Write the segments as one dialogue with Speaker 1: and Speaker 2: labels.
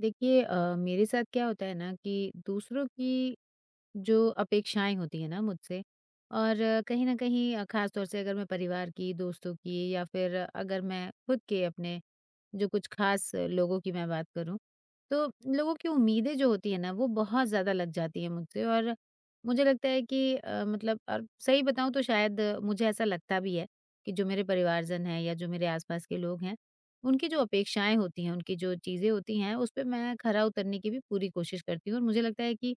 Speaker 1: देखिए मेरे साथ क्या होता है ना कि दूसरों की जो अपेक्षाएँ होती हैं ना मुझसे। और कहीं न कहीं ख़ास तौर से अगर मैं परिवार की, दोस्तों की या फिर अगर मैं खुद के अपने जो कुछ ख़ास लोगों की मैं बात करूँ, तो लोगों की उम्मीदें जो होती हैं ना वो बहुत ज़्यादा लग जाती हैं मुझसे। और मुझे लगता है कि मतलब और सही बताऊँ तो शायद मुझे ऐसा लगता भी है कि जो मेरे परिवारजन हैं या जो मेरे आस-पास के लोग हैं, उनकी जो अपेक्षाएँ होती हैं, उनकी जो चीज़ें होती हैं, उस पे मैं खरा उतरने की भी पूरी कोशिश करती हूँ। और मुझे लगता है कि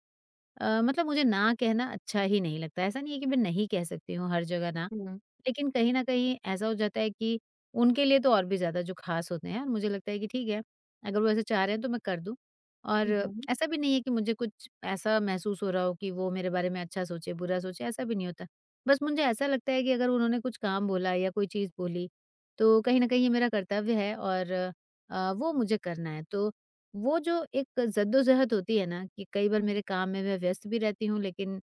Speaker 1: मतलब मुझे ना कहना अच्छा ही नहीं लगता। ऐसा नहीं है कि मैं नहीं कह सकती हूँ हर जगह ना,
Speaker 2: हुँ।
Speaker 1: लेकिन कहीं न कहीं ऐसा हो जाता है कि उनके लिए तो और भी ज़्यादा जो ख़ास होते हैं और मुझे लगता है कि ठीक है, अगर वो ऐसे चाह रहे हैं तो मैं कर दूँ। और
Speaker 2: हुँ, हुँ।
Speaker 1: ऐसा भी नहीं है कि मुझे कुछ ऐसा महसूस हो रहा हो कि वो मेरे बारे में अच्छा सोचे, बुरा सोचे, ऐसा भी नहीं होता। बस मुझे ऐसा लगता है कि अगर उन्होंने कुछ काम बोला या कोई चीज़ बोली, तो कहीं न कहीं ये मेरा कर्तव्य है और वो मुझे करना है। तो वो जो एक जद्दोजहद होती है ना कि कई बार
Speaker 2: हुँ।
Speaker 1: मेरे काम में मैं व्यस्त भी रहती हूँ, लेकिन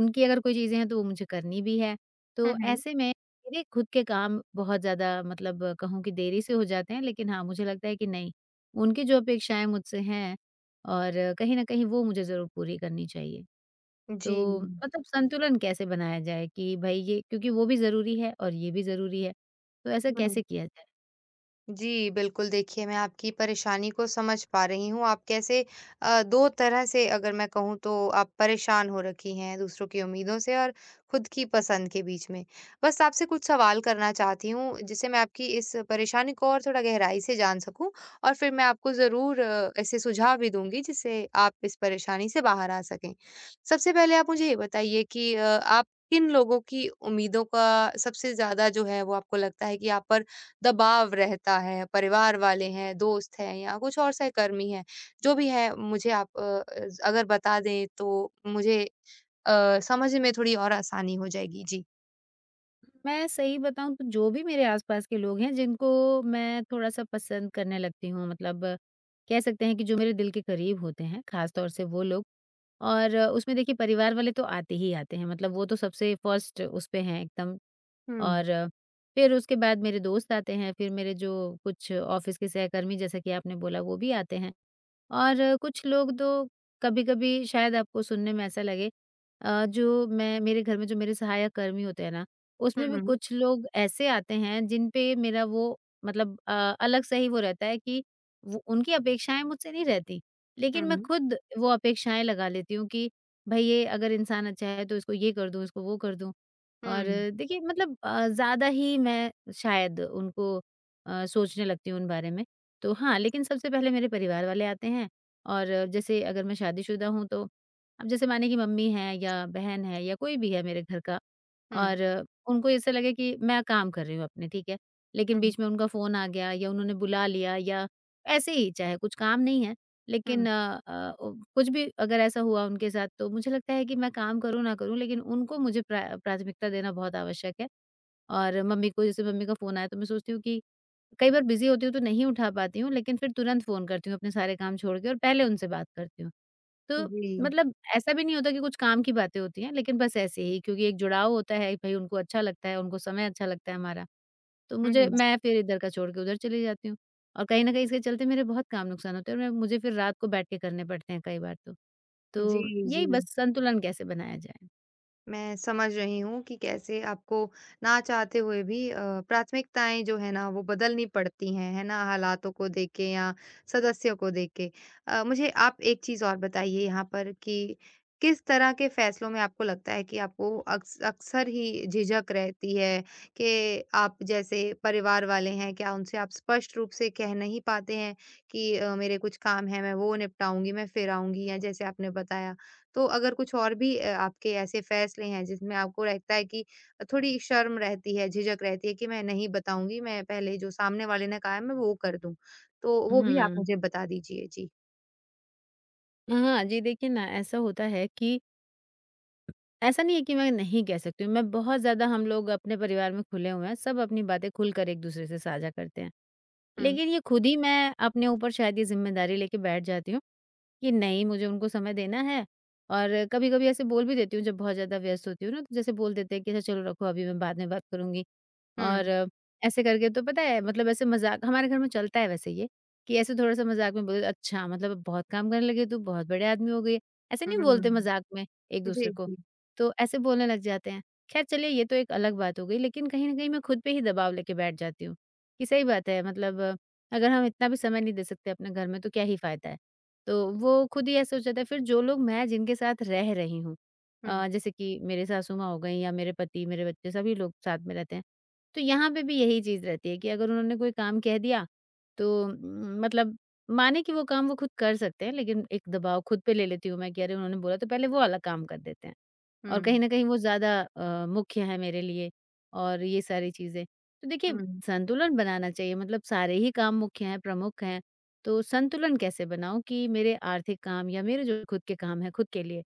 Speaker 1: उनकी अगर कोई चीज़ें हैं तो वो मुझे करनी भी है।
Speaker 2: हुँ,
Speaker 1: तो
Speaker 2: हुँ।
Speaker 1: ऐसे में मेरे खुद के काम बहुत ज़्यादा मतलब कहूँ कि देरी से हो जाते हैं, लेकिन हाँ, मुझे लगता है कि नहीं, उनकी जो अपेक्षाएँ मुझसे हैं और कहीं न कहीं वो मुझे ज़रूर पूरी करनी चाहिए।
Speaker 2: जी।
Speaker 1: तो मतलब संतुलन कैसे बनाया जाए कि भई ये, क्योंकि वो भी ज़रूरी है और ये भी ज़रूरी है, तो ऐसा
Speaker 2: हुँ।
Speaker 1: कैसे किया जाए?
Speaker 2: जी, बिल्कुल देखिए, मैं आपकी परेशानी को समझ पा रही हूँ। 2 तरह से अगर मैं कहूँ, तो आप परेशान हो रखी हैं दूसरों की उम्मीदों से और खुद की पसंद के बीच में। बस आपसे कुछ सवाल करना चाहती हूँ, जिससे मैं आपकी इस परेशानी को और थोड़ा गहराई से जान सकूँ, और फिर मैं आपको ज़रूर ऐसे सुझाव भी दूँगी जिससे आप इस परेशानी से बाहर आ सकें। सबसे पहले आप मुझे ये बताइए कि आप किन लोगों की उम्मीदों का सबसे ज़्यादा जो है वो आपको लगता है कि आप पर दबाव रहता है, परिवार वाले हैं, दोस्त हैं, या कुछ और सहकर्मी हैं, जो भी है मुझे आप अ, ज़ अगर बता दें, तो मुझे समझ में थोड़ी और आसानी हो जाएगी। जी।
Speaker 1: मैं सही बताऊँ तो जो भी मेरे आस-पास के लोग हैं जिनको मैं थोड़ा-सा पसंद करने लगती हूँ, मतलब कह सकते हैं कि जो मेरे दिल के करीब होते हैं, ख़ास तौर से वो लोग। और उसमें देखिए परिवार वाले तो आते ही आते हैं, मतलब वो तो सबसे फर्स्ट उस पे हैं एकदम।
Speaker 2: हुँ।
Speaker 1: और फिर उसके बाद मेरे दोस्त आते हैं, फिर मेरे जो कुछ ऑफ़िस के सहकर्मी जैसा कि आपने बोला वो भी आते हैं। और कुछ लोग तो कभी-कभी शायद आपको सुनने में ऐसा लगे, जो मैं मेरे घर में जो मेरे सहायक कर्मी होते हैं ना,
Speaker 2: हुँ,
Speaker 1: उसमें भी
Speaker 2: हुँ,
Speaker 1: कुछ लोग ऐसे आते हैं जिन पे मेरा वो मतलब अलग से ही वो रहता है कि वो उनकी अपेक्षाएँ मुझसे नहीं रहती। लेकिन मैं
Speaker 2: हुँ,
Speaker 1: खुद वो अपेक्षाएँ लगा लेती हूँ कि भई ये अगर इंसान अच्छा है तो इसको ये कर दूँ, इसको वो कर दूँ। और
Speaker 2: हुँ,
Speaker 1: देखिए मतलब ज़्यादा ही मैं शायद उनको सोचने लगती हूँ उन बारे में। तो हाँ, लेकिन सबसे पहले मेरे परिवार वाले आते हैं और जैसे अगर मैं शादीशुदा हूँ तो अब जैसे माने कि मम्मी है या बहन है या कोई भी है मेरे घर का,
Speaker 2: हुँ,
Speaker 1: और उनको ऐसा लगे कि मैं काम कर रही हूँ अपने, ठीक है? लेकिन बीच में उनका फ़ोन आ गया या उन्होंने बुला लिया या ऐसे ही चाहे कुछ काम नहीं है,
Speaker 2: हुँ,
Speaker 1: लेकिन अ अ, उ कुछ भी अगर ऐसा हुआ उनके साथ तो मुझे लगता है कि मैं काम करूँ ना करूँ, लेकिन उनको मुझे प्राथमिकता देना बहुत आवश्यक है। और मम्मी को जैसे मम्मी का फ़ोन आया तो मैं सोचती हूँ कि कई बार बिज़ी होती हूँ तो नहीं उठा पाती हूँ, लेकिन फिर तुरंत फ़ोन करती हूँ अपने सारे काम छोड़ के और पहले उनसे बात करती हूँ।
Speaker 2: हुँ,
Speaker 1: तो
Speaker 2: जी।
Speaker 1: मतलब ऐसा भी नहीं होता कि कुछ काम की बातें होती हैं, लेकिन बस ऐसे ही क्योंकि एक जुड़ाव होता है, भई उनको अच्छा लगता है, उनको समय अच्छा लगता है हमारा। तो
Speaker 2: हुँ,
Speaker 1: मुझे
Speaker 2: हुँ।
Speaker 1: मैं फिर इधर का छोड़ के उधर चली जाती हूँ, और कहीं न कहीं इसके चलते मेरे बहुत काम नुकसान होते हैं और मैं मुझे फिर रात को बैठ के करने पड़ते हैं कई बार तो।
Speaker 2: जी,
Speaker 1: तो
Speaker 2: जी।
Speaker 1: यही बस संतुलन कैसे बनाया जाए?
Speaker 2: मैं समझ रही हूँ कि कैसे आपको ना चाहते हुए भी प्राथमिकताएँ जो है ना, वो बदलनी पड़ती हैं, है ना? हालातों को देख के या सदस्यों को देख के। मुझे आप एक चीज़ और बताइए यहाँ पर कि किस तरह के फ़ैसलों में आपको लगता है कि आपको अक्सर ही झिझक रहती है, कि आप जैसे परिवार वाले हैं, क्या उनसे आप स्पष्ट रूप से कह नहीं पाते हैं कि मेरे कुछ काम हैं, मैं वो निपटाऊँगी, मैं फिर आऊँगी, या जैसे आपने बताया? तो अगर कुछ और भी आपके ऐसे फैसले हैं जिसमें आपको रहता है कि थोड़ी शर्म रहती है, झिझक रहती है कि मैं नहीं बताऊँगी, मैं पहले जो सामने वाले ने कहा है मैं वो कर दूँ, तो वो भी आप
Speaker 1: हुँ।
Speaker 2: मुझे बता दीजिए। जी।
Speaker 1: हाँ जी, देखिए ना ऐसा होता है कि ऐसा नहीं है कि मैं नहीं कह सकती हूँ, मैं बहुत ज़्यादा हम लोग अपने परिवार में खुले हुए हैं, सब अपनी बातें खुलकर एक-दूसरे से साझा करते हैं।
Speaker 2: हुँ,
Speaker 1: लेकिन ये खुद ही मैं अपने ऊपर शायद ये ज़िम्मेदारी लेके बैठ जाती हूँ कि नहीं, मुझे उनको समय देना है। और कभी-कभी ऐसे बोल भी देती हूँ जब बहुत ज़्यादा व्यस्त होती हूँ ना, तो जैसे बोल देते हैं कि अच्छा चलो रखो अभी, मैं बाद में बात करूँगी।
Speaker 2: हुँ,
Speaker 1: और ऐसे करके तो पता है मतलब ऐसे मज़ाक हमारे घर में चलता है वैसे ये, कि ऐसे थोड़ा-सा मज़ाक में बोले अच्छा मतलब अब बहुत काम करने लगी है तू, बहुत बड़े आदमी हो गई है। ऐसे नहीं बोलते
Speaker 2: हुँ।
Speaker 1: मज़ाक में एक-दूसरे
Speaker 2: जी,
Speaker 1: को,
Speaker 2: जी।
Speaker 1: तो ऐसे बोलने लग जाते हैं। ख़ैर चलिए ये तो एक अलग बात हो गई, लेकिन कहीं न कहीं मैं खुद पे ही दबाव लेके बैठ जाती हूँ, कि सही बात है मतलब अगर हम इतना भी समय नहीं दे सकते अपने घर में तो क्या ही फ़ायदा है। तो वो खुद ही ऐसे हो जाता है फिर जो लोग मैं जिनके साथ रह रही हूँ,
Speaker 2: हुँ,
Speaker 1: जैसे कि मेरे सासू माँ हो गईं या मेरे पति, मेरे बच्चे सभी लोग साथ में रहते हैं। तो यहाँ पे भी यही चीज़ रहती है कि अगर उन्होंने कोई काम कह दिया तो मतलब माने कि वो काम वो खुद कर सकते हैं, लेकिन एक दबाव खुद पे ले लेती हूँ मैं कि अरे उन्होंने बोला तो पहले वो वाला काम कर देते हैं। और
Speaker 2: हुँ,
Speaker 1: कहीं न कहीं वो ज़्यादा मुख्य है मेरे लिए और ये सारी चीज़ें। तो देखिए
Speaker 2: हुँ।
Speaker 1: संतुलन बनाना चाहिए मतलब सारे ही काम मुख्य हैं, प्रमुख हैं, तो संतुलन कैसे बनाऊँ कि मेरे आर्थिक काम या मेरे जो खुद के काम हैं, खुद के लिए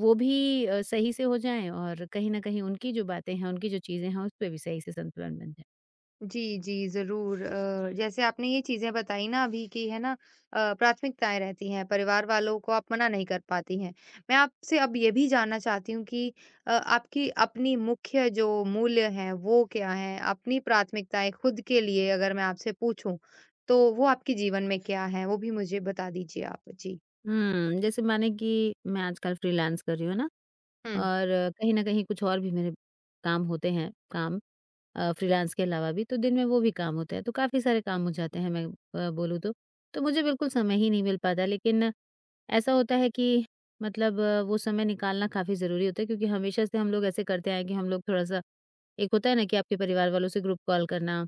Speaker 1: वो भी सही से हो जाएँ और कहीं न कहीं उनकी जो बातें हैं, उनकी जो चीज़ें हैं, उसपे भी सही से संतुलन बन जाए।
Speaker 2: जी, जी, ज़रूर। जैसे आपने ये चीज़ें बताई ना अभी, कि है ना प्राथमिकताएँ रहती हैं, परिवार वालों को आप मना नहीं कर पाती हैं। मैं आपसे अब ये भी जानना चाहती हूँ कि आपकी अपनी मुख्य जो मूल्य हैं, वो क्या हैं? अपनी प्राथमिकताएँ खुद के लिए अगर मैं आपसे पूछूँ, तो वो आपके जीवन में क्या हैं? वो भी मुझे बता दीजिए आप। जी।
Speaker 1: हुँ, जैसे माने कि मैं आजकल फ्रीलांस कर रही हूँ ना,
Speaker 2: हुँ,
Speaker 1: और कहीं न कहीं कुछ और भी मेरे काम होते हैं, काम फ्रीलांस के अलावा भी, तो दिन में वो भी काम होता है, तो काफ़ी सारे काम हो जाते हैं मैं बोलूँ तो। तो मुझे बिल्कुल समय ही नहीं मिल पाता, लेकिन ऐसा होता है कि मतलब वो समय निकालना काफ़ी ज़रूरी होता है क्योंकि हमेशा से हम लोग ऐसे करते आए हैं कि हम लोग थोड़ा-सा एक होता है ना कि आपके परिवार वालों से ग्रुप कॉल करना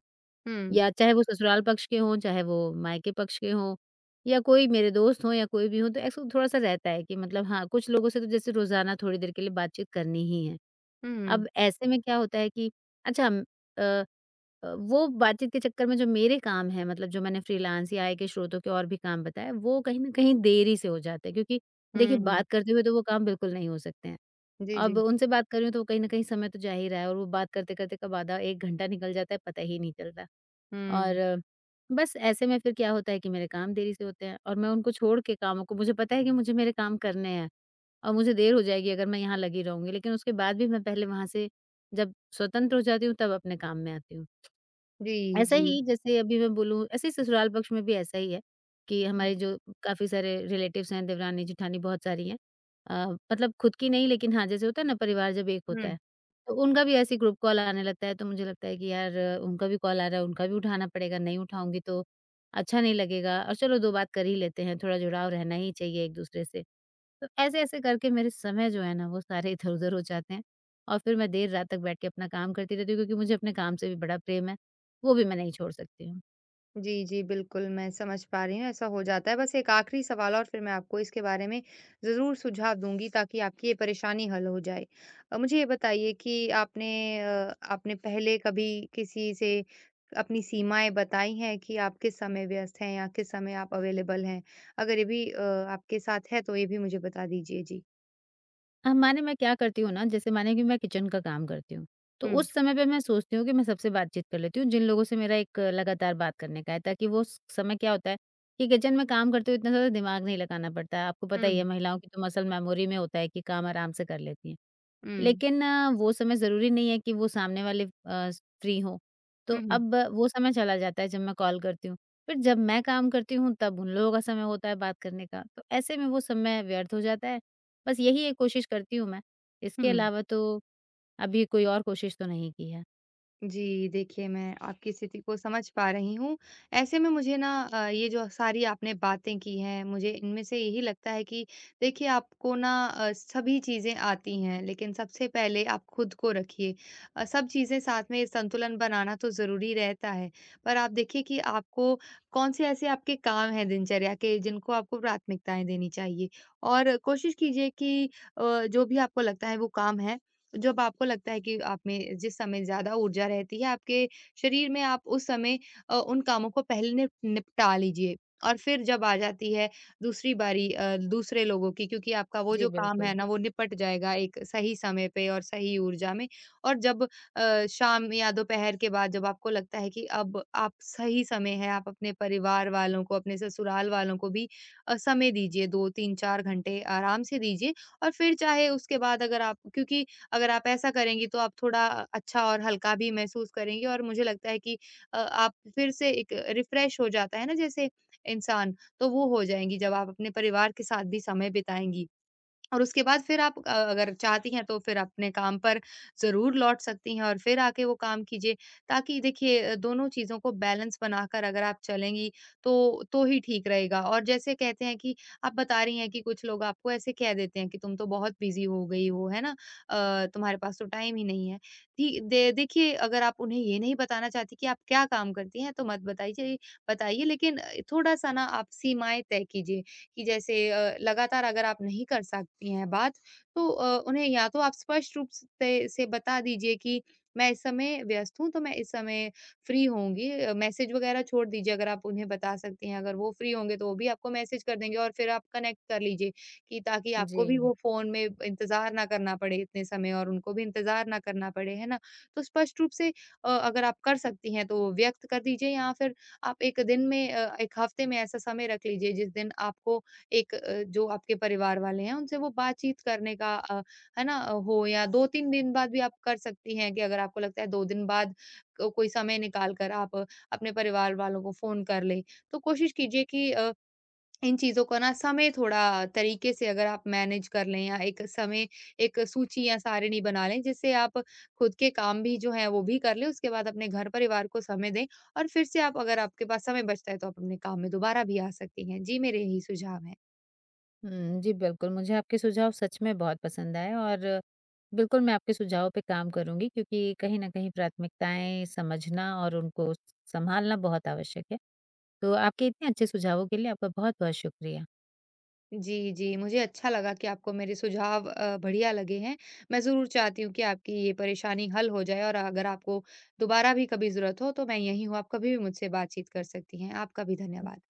Speaker 2: हुँ,
Speaker 1: या चाहे वो ससुराल पक्ष के हों, चाहे वो मायके पक्ष के हों या कोई मेरे दोस्त हों या कोई भी हो तो ऐसा थोड़ा-सा रहता है कि मतलब हाँ, कुछ लोगों से तो जैसे रोज़ाना थोड़ी देर के लिए बातचीत करनी ही है।
Speaker 2: हुँ,
Speaker 1: अब ऐसे में क्या होता है कि अच्छा, अ वो बातचीत के चक्कर में जो मेरे काम हैं, मतलब जो मैंने फ्रीलांस या आय के स्रोतों के और भी काम बताए, वो कहीं न कहीं देरी से हो जाते हैं क्योंकि
Speaker 2: हुँ,
Speaker 1: देखिए
Speaker 2: हुँ।
Speaker 1: बात करते हुए तो वो काम बिल्कुल नहीं हो सकते हैं।
Speaker 2: जी,
Speaker 1: अब
Speaker 2: जी।
Speaker 1: उनसे बात कर रही हूँ तो वो कहीं न कहीं समय तो जा ही रहा है और वो बात करते-करते कब आधा 1 घंटा निकल जाता है पता ही नहीं चलता।
Speaker 2: हुँ।
Speaker 1: और बस ऐसे में फिर क्या होता है कि मेरे काम देरी से होते हैं और मैं उनको छोड़ के कामों को, मुझे पता है कि मुझे मेरे काम करने हैं और मुझे देर हो जाएगी अगर मैं यहाँ लगी रहूंगी, लेकिन उसके बाद भी मैं पहले वहां से जब स्वतंत्र हो जाती हूँ तब अपने काम में आती हूँ।
Speaker 2: जी,
Speaker 1: ऐसा
Speaker 2: जी।
Speaker 1: ही जैसे अभी मैं बोलूँ ऐसे ही ससुराल पक्ष में भी ऐसा ही है कि
Speaker 2: हुँ,
Speaker 1: हमारे जो काफ़ी सारे रिलेटिव्स हैं, देवरानी, जेठानी बहुत सारी हैं। अ, मतलब खुद की नहीं, लेकिन हाँ, जैसे होता है ना परिवार जब एक
Speaker 2: हुँ।
Speaker 1: होता है, तो उनका भी ऐसे ही ग्रुप कॉल आने लगता है तो मुझे लगता है कि यार उनका भी कॉल आ रहा है, उनका भी उठाना पड़ेगा, नहीं उठाऊँगी तो अच्छा नहीं लगेगा और चलो 2 बात कर ही लेते हैं, थोड़ा जुड़ाव रहना ही चाहिए एक-दूसरे से। तो ऐसे-ऐसे करके मेरे समय जो है ना वो सारे इधर-उधर हो जाते हैं और फिर मैं देर रात तक बैठ के अपना काम करती रहती हूँ क्योंकि मुझे अपने काम से भी बड़ा प्रेम है, वो भी मैं नहीं छोड़ सकती हूँ।
Speaker 2: जी, जी, बिल्कुल, मैं समझ पा रही हूँ, ऐसा हो जाता है। बस एक आखिरी सवाल और फिर मैं आपको इसके बारे में ज़रूर सुझाव दूँगी, ताकि आपकी ये परेशानी हल हो जाए। मुझे ये बताइए कि आपने पहले कभी किसी से अपनी सीमाएँ बताई हैं कि आप किस समय व्यस्त हैं, या किस समय आप अवेलेबल हैं? अगर ये भी आपके साथ है, तो ये भी मुझे बता दीजिए। जी।
Speaker 1: अब माने मैं क्या करती हूँ ना जैसे माने कि मैं किचन का काम करती हूँ, तो
Speaker 2: हुँ।
Speaker 1: उस समय पे मैं सोचती हूँ कि मैं सबसे बातचीत कर लेती हूँ जिन लोगों से मेरा एक लगातार बात करने का है ताकि वो स समय क्या होता है कि किचन में काम करते हुए इतना ज़्यादा दिमाग नहीं लगाना पड़ता है। आपको पता ही
Speaker 2: हुँ।
Speaker 1: है महिलाओं की तो मसल मेमोरी में होता है कि काम आराम से कर लेती हैं।
Speaker 2: हुँ।
Speaker 1: लेकिन वो समय ज़रूरी नहीं है कि वो सामने वाले फ्री हों,
Speaker 2: हुँ,
Speaker 1: तो
Speaker 2: हुँ,
Speaker 1: अब वो समय चला जाता है जब मैं कॉल करती हूँ। फिर जब मैं काम करती हूँ तब उन लोगों का समय होता है बात करने का, तो ऐसे में वो समय व्यर्थ हो जाता है। बस यही एक कोशिश करती हूँ मैं, इसके
Speaker 2: हुँ।
Speaker 1: अलावा तो अभी कोई और कोशिश तो नहीं की है।
Speaker 2: जी, देखिए, मैं आपकी स्थिति को समझ पा रही हूँ। ऐसे में मुझे ना ये जो सारी आपने बातें की हैं, मुझे इनमें से यही लगता है कि देखिए, आपको ना सभी चीज़ें आती हैं, लेकिन सबसे पहले आप खुद को रखिए। सब चीज़ें साथ में संतुलन बनाना तो ज़रूरी रहता है, पर आप देखिए कि आपको कौन-से ऐसे आपके काम हैं दिनचर्या के, जिनको आपको प्राथमिकताएँ देनी चाहिए। और कोशिश कीजिए कि जो भी आपको लगता है वो काम है, जब आपको लगता है कि आप में जिस समय ज़्यादा ऊर्जा रहती है आपके शरीर में, आप उस समय उन कामों को पहले निपटा लीजिए। और फिर जब आ जाती है दूसरी बारी दूसरे लोगों की, क्योंकि आपका वो
Speaker 1: जी,
Speaker 2: जो काम
Speaker 1: बिल्कुल।
Speaker 2: है ना, वो निपट जाएगा एक सही समय पे और सही ऊर्जा में। और जब शाम या दोपहर के बाद जब आपको लगता है कि अब आप सही समय है, आप अपने परिवार वालों को, अपने ससुराल वालों को भी समय दीजिए, 2, 3, 4 घंटे आराम से दीजिए। और फिर चाहे उसके बाद अगर आप, क्योंकि अगर आप ऐसा करेंगी तो आप थोड़ा अच्छा और हल्का भी महसूस करेंगी, और मुझे लगता है कि आप फिर से एक रिफ्रेश हो जाता है ना जैसे इंसान, तो वो हो जाएँगी जब आप अपने परिवार के साथ भी समय बिताएँगी। और उसके बाद फिर आप अगर चाहती हैं, तो फिर अपने काम पर ज़रूर लौट सकती हैं और फिर आके वो काम कीजिए। ताकि देखिए, दोनों चीज़ों को बैलेंस बनाकर अगर आप चलेंगी, तो तो ही ठीक रहेगा। और जैसे कहते हैं कि आप बता रही हैं कि कुछ लोग आपको ऐसे कह देते हैं कि तुम तो बहुत बिज़ी हो गई हो, है ना? तुम्हारे पास तो टाइम ही नहीं है। दी दे देखिए, अगर आप उन्हें ये नहीं बताना चाहती कि आप क्या काम करती हैं, तो मत बताइए, बताइए, लेकिन थोड़ा-सा ना आप सीमाएँ तय कीजिए। कि जैसे लगातार अगर आप नहीं कर सकती हैं बात, तो उन्हें या तो आप स्पष्ट रूप से बता दीजिए कि मैं इस समय व्यस्त हूँ, तो मैं इस समय फ्री होंगी। मैसेज वगैरह छोड़ दीजिए, अगर आप उन्हें बता सकती हैं, अगर वो फ्री होंगे तो वो भी आपको मैसेज कर देंगे, और फिर आप कनेक्ट कर लीजिए, कि ताकि आपको
Speaker 1: जी।
Speaker 2: भी वो फ़ोन में इंतज़ार ना करना पड़े इतने समय और उनको भी इंतज़ार ना करना पड़े, है ना? तो स्पष्ट रूप से अगर आप कर सकती हैं तो व्यक्त कर दीजिए, या फिर आप 1 दिन में, 1 हफ़्ते में ऐसा समय रख लीजिए जिस दिन आपको एक जो आपके परिवार वाले हैं उनसे वो बातचीत करने का है ना हो, या 2-3 दिन बाद भी आप कर सकती हैं कि अगर आपको लगता है 2 दिन बाद को कोई समय निकाल कर आप अपने परिवार वालों को फ़ोन कर लें। तो कोशिश कीजिए कि इन चीज़ों को ना समय थोड़ा तरीके से अगर आप मैनेज कर लें, या एक समय एक सूची या सारिणी बना लें जिससे आप खुद के काम भी जो हैं वो भी कर लें, उसके बाद अपने घर परिवार को समय दें, और फिर से आप, अगर आपके पास समय बचता है, तो आप अपने काम में दोबारा भी आ सकती हैं। जी, मेरे यही सुझाव हैं।
Speaker 1: हुँ, जी बिल्कुल, मुझे आपके सुझाव सच में बहुत पसंद आए और बिल्कुल मैं आपके सुझावों पे काम करूँगी क्योंकि कहीं न कहीं प्राथमिकताएँ समझना और उनको स संभालना बहुत आवश्यक है। तो आपके इतने अच्छे सुझावों के लिए आपका बहुत-बहुत शुक्रिया।
Speaker 2: जी, जी। मुझे अच्छा लगा कि आपको मेरे सुझाव बढ़िया लगे हैं। मैं ज़रूर चाहती हूँ कि आपकी ये परेशानी हल हो जाए, और अगर आपको दोबारा भी कभी ज़रूरत हो, तो मैं यहीं हूँ, आप कभी भी मुझसे बातचीत कर सकती हैं। आपका भी धन्यवाद।